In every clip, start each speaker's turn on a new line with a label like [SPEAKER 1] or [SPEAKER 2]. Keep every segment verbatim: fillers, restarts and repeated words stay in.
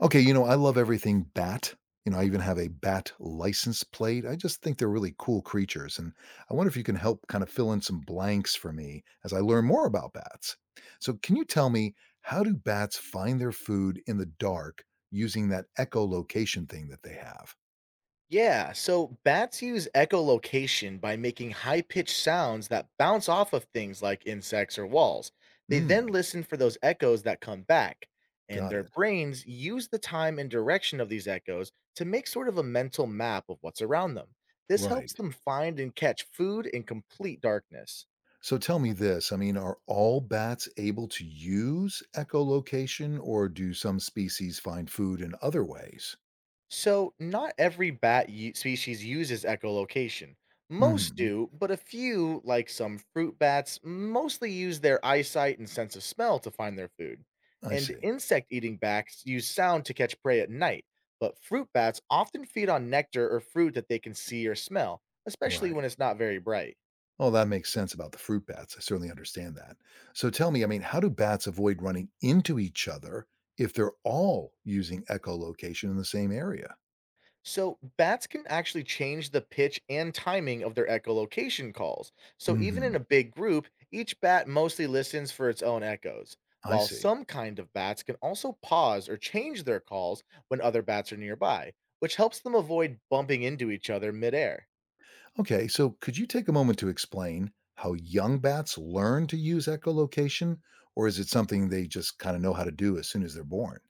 [SPEAKER 1] Okay, you know, I love everything bat. You know, I even have a bat license plate. I just think they're really cool creatures. And I wonder if you can help kind of fill in some blanks for me as I learn more about bats. So, can you tell me how do bats find their food in the dark using that echolocation thing that they have?
[SPEAKER 2] Yeah, so bats use echolocation by making high pitched sounds that bounce off of things like insects or walls. They then
[SPEAKER 1] Hmm,
[SPEAKER 2] listen for those echoes that come back, and
[SPEAKER 1] got
[SPEAKER 2] their
[SPEAKER 1] it.
[SPEAKER 2] brains use the time and direction of these echoes to make sort of a mental map of what's around them. This helps
[SPEAKER 1] Right.
[SPEAKER 2] them find and catch food in complete darkness.
[SPEAKER 1] So, tell me this, I mean, are all bats able to use echolocation or do some species find food in other ways?
[SPEAKER 2] So, not every bat u- species uses echolocation. Most
[SPEAKER 1] Hmm,
[SPEAKER 2] do, but a few, like some fruit bats, mostly use their eyesight and sense of smell to find their food.
[SPEAKER 1] I
[SPEAKER 2] And
[SPEAKER 1] see.
[SPEAKER 2] insect eating bats use sound to catch prey at night, but fruit bats often feed on nectar or fruit that they can see or smell, especially
[SPEAKER 1] Right.
[SPEAKER 2] when it's not very bright.
[SPEAKER 1] Oh, that makes sense about the fruit bats. I certainly understand that. So tell me, I mean, how do bats avoid running into each other if they're all using echolocation in the same area?
[SPEAKER 2] So, bats can actually change the pitch and timing of their echolocation calls. So, even in
[SPEAKER 1] Hmm,
[SPEAKER 2] a big group, each bat mostly listens for its own echoes.
[SPEAKER 1] I
[SPEAKER 2] While
[SPEAKER 1] see.
[SPEAKER 2] some kind of bats can also pause or change their calls when other bats are nearby, which helps them avoid bumping into each other midair.
[SPEAKER 1] Okay, so could you take a moment to explain how young bats learn to use echolocation, or is it something they just kind of know how to do as soon as they're born?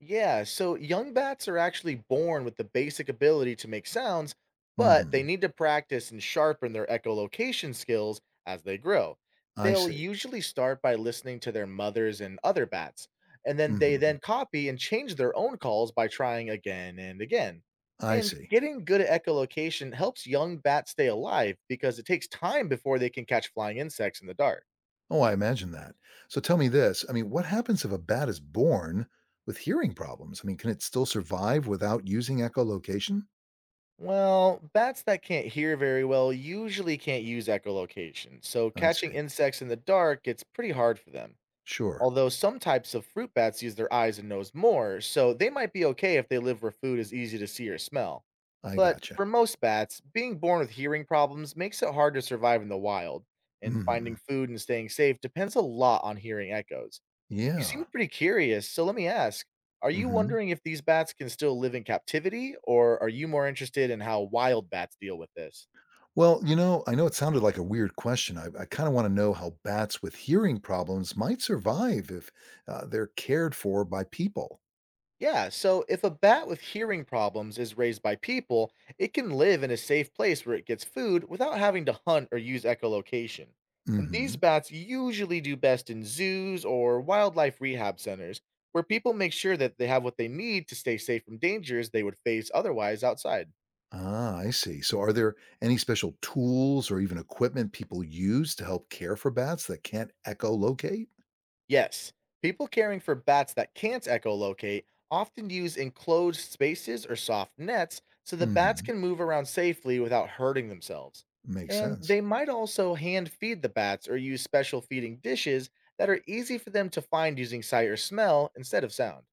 [SPEAKER 2] Yeah, so young bats are actually born with the basic ability to make sounds, but they
[SPEAKER 1] Hmm,
[SPEAKER 2] need to practice and sharpen their echolocation skills as they grow.
[SPEAKER 1] I
[SPEAKER 2] They'll
[SPEAKER 1] see.
[SPEAKER 2] usually start by listening to their mothers and other bats, and then they then
[SPEAKER 1] Hmm,
[SPEAKER 2] copy and change their own calls by trying again and again.
[SPEAKER 1] I
[SPEAKER 2] And
[SPEAKER 1] see.
[SPEAKER 2] getting good at echolocation helps young bats stay alive because it takes time before they can catch flying insects in the dark.
[SPEAKER 1] Oh, I imagine that. So tell me this. I mean, what happens if a bat is born with hearing problems? I mean, can it still survive without using echolocation?
[SPEAKER 2] Well, bats that can't hear very well usually can't use echolocation, so
[SPEAKER 1] I
[SPEAKER 2] catching
[SPEAKER 1] see.
[SPEAKER 2] insects in the dark gets pretty hard for them.
[SPEAKER 1] Sure.
[SPEAKER 2] Although some types of fruit bats use their eyes and nose more, so they might be okay if they live where food is easy to see or smell.
[SPEAKER 1] I
[SPEAKER 2] But
[SPEAKER 1] gotcha.
[SPEAKER 2] for most bats, being born with hearing problems makes it hard to survive in the wild, and finding
[SPEAKER 1] Hmm.
[SPEAKER 2] food and staying safe depends a lot on hearing echoes. You seem
[SPEAKER 1] Yeah.
[SPEAKER 2] pretty curious, so let me ask, are you
[SPEAKER 1] Hmm.
[SPEAKER 2] wondering if these bats can still live in captivity, or are you more interested in how wild bats deal with this?
[SPEAKER 1] Well, you know, I know it sounded like a weird question. I, I kind of want to know how bats with hearing problems might survive if uh, they're cared for by people.
[SPEAKER 2] Yeah, so if a bat with hearing problems is raised by people, it can live in a safe place where it gets food without having to hunt or use echolocation. And these
[SPEAKER 1] Hmm.
[SPEAKER 2] bats usually do best in zoos or wildlife rehab centers, where people make sure that they have what they need to stay safe from dangers they would face otherwise outside.
[SPEAKER 1] Ah, I see. So, are there any special tools or even equipment people use to help care for bats that can't echolocate?
[SPEAKER 2] Yes, people caring for bats that can't echolocate often use enclosed spaces or soft nets so the bats
[SPEAKER 1] Mhm.
[SPEAKER 2] can move around safely without hurting themselves.
[SPEAKER 1] Makes
[SPEAKER 2] And
[SPEAKER 1] sense.
[SPEAKER 2] they might also hand feed the bats or use special feeding dishes that are easy for them to find using sight or smell instead of sound.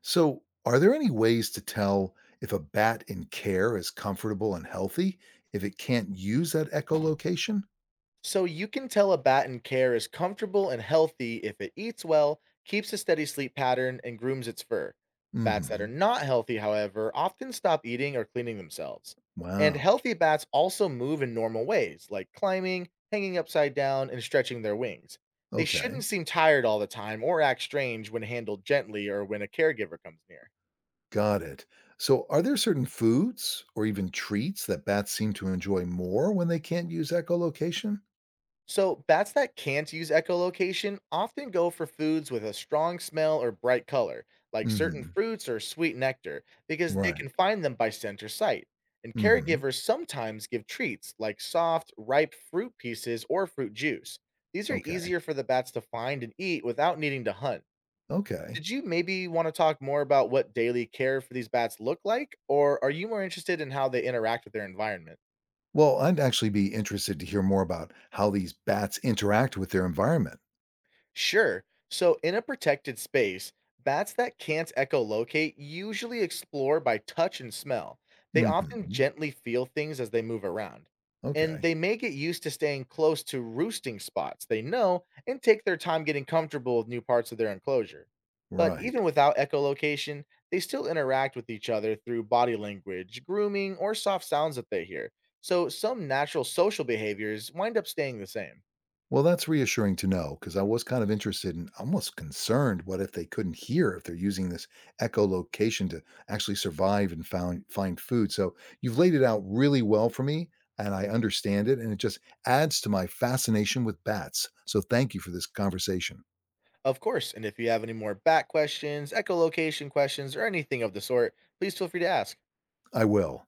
[SPEAKER 1] So, are there any ways to tell if a bat in care is comfortable and healthy if it can't use that echolocation?
[SPEAKER 2] So you can tell a bat in care is comfortable and healthy if it eats well, keeps a steady sleep pattern, and grooms its fur. Bats that are
[SPEAKER 1] Mhm.
[SPEAKER 2] not healthy, however, often stop eating or cleaning themselves. And
[SPEAKER 1] Wow.
[SPEAKER 2] healthy bats also move in normal ways, like climbing, hanging upside down, and stretching their wings. They shouldn't
[SPEAKER 1] Okay.
[SPEAKER 2] seem tired all the time or act strange when handled gently or when a caregiver comes near.
[SPEAKER 1] Got it. So, are there certain foods or even treats that bats seem to enjoy more when they can't use echolocation?
[SPEAKER 2] So, bats that can't use echolocation often go for foods with a strong smell or bright color, like certain
[SPEAKER 1] Mhm.
[SPEAKER 2] fruits or sweet nectar, because they
[SPEAKER 1] Right.
[SPEAKER 2] can find them by scent or sight. And
[SPEAKER 1] Mhm.
[SPEAKER 2] caregivers sometimes give treats like soft, ripe fruit pieces or fruit juice. These are
[SPEAKER 1] Okay.
[SPEAKER 2] easier for the bats to find and eat without needing to hunt.
[SPEAKER 1] Okay.
[SPEAKER 2] Did you maybe want to talk more about what daily care for these bats look like, or are you more interested in how they interact with their environment?
[SPEAKER 1] Well, I'd actually be interested to hear more about how these bats interact with their environment.
[SPEAKER 2] Sure. So, in a protected space, bats that can't echolocate usually explore by touch and smell. They often
[SPEAKER 1] Mhm.
[SPEAKER 2] gently feel things as they move around. And
[SPEAKER 1] Okay.
[SPEAKER 2] they may get used to staying close to roosting spots they know and take their time getting comfortable with new parts of their enclosure. But even
[SPEAKER 1] Right.
[SPEAKER 2] without echolocation, they still interact with each other through body language, grooming, or soft sounds that they hear. So, some natural social behaviors wind up staying the same.
[SPEAKER 1] Well, that's reassuring to know because I was kind of interested and almost concerned. What if they couldn't hear if they're using this echolocation to actually survive and found, find food? So you've laid it out really well for me, and I understand it. And it just adds to my fascination with bats. So thank you for this conversation.
[SPEAKER 2] Of course, and if you have any more bat questions, echolocation questions, or anything of the sort, please feel free to ask.
[SPEAKER 1] I will.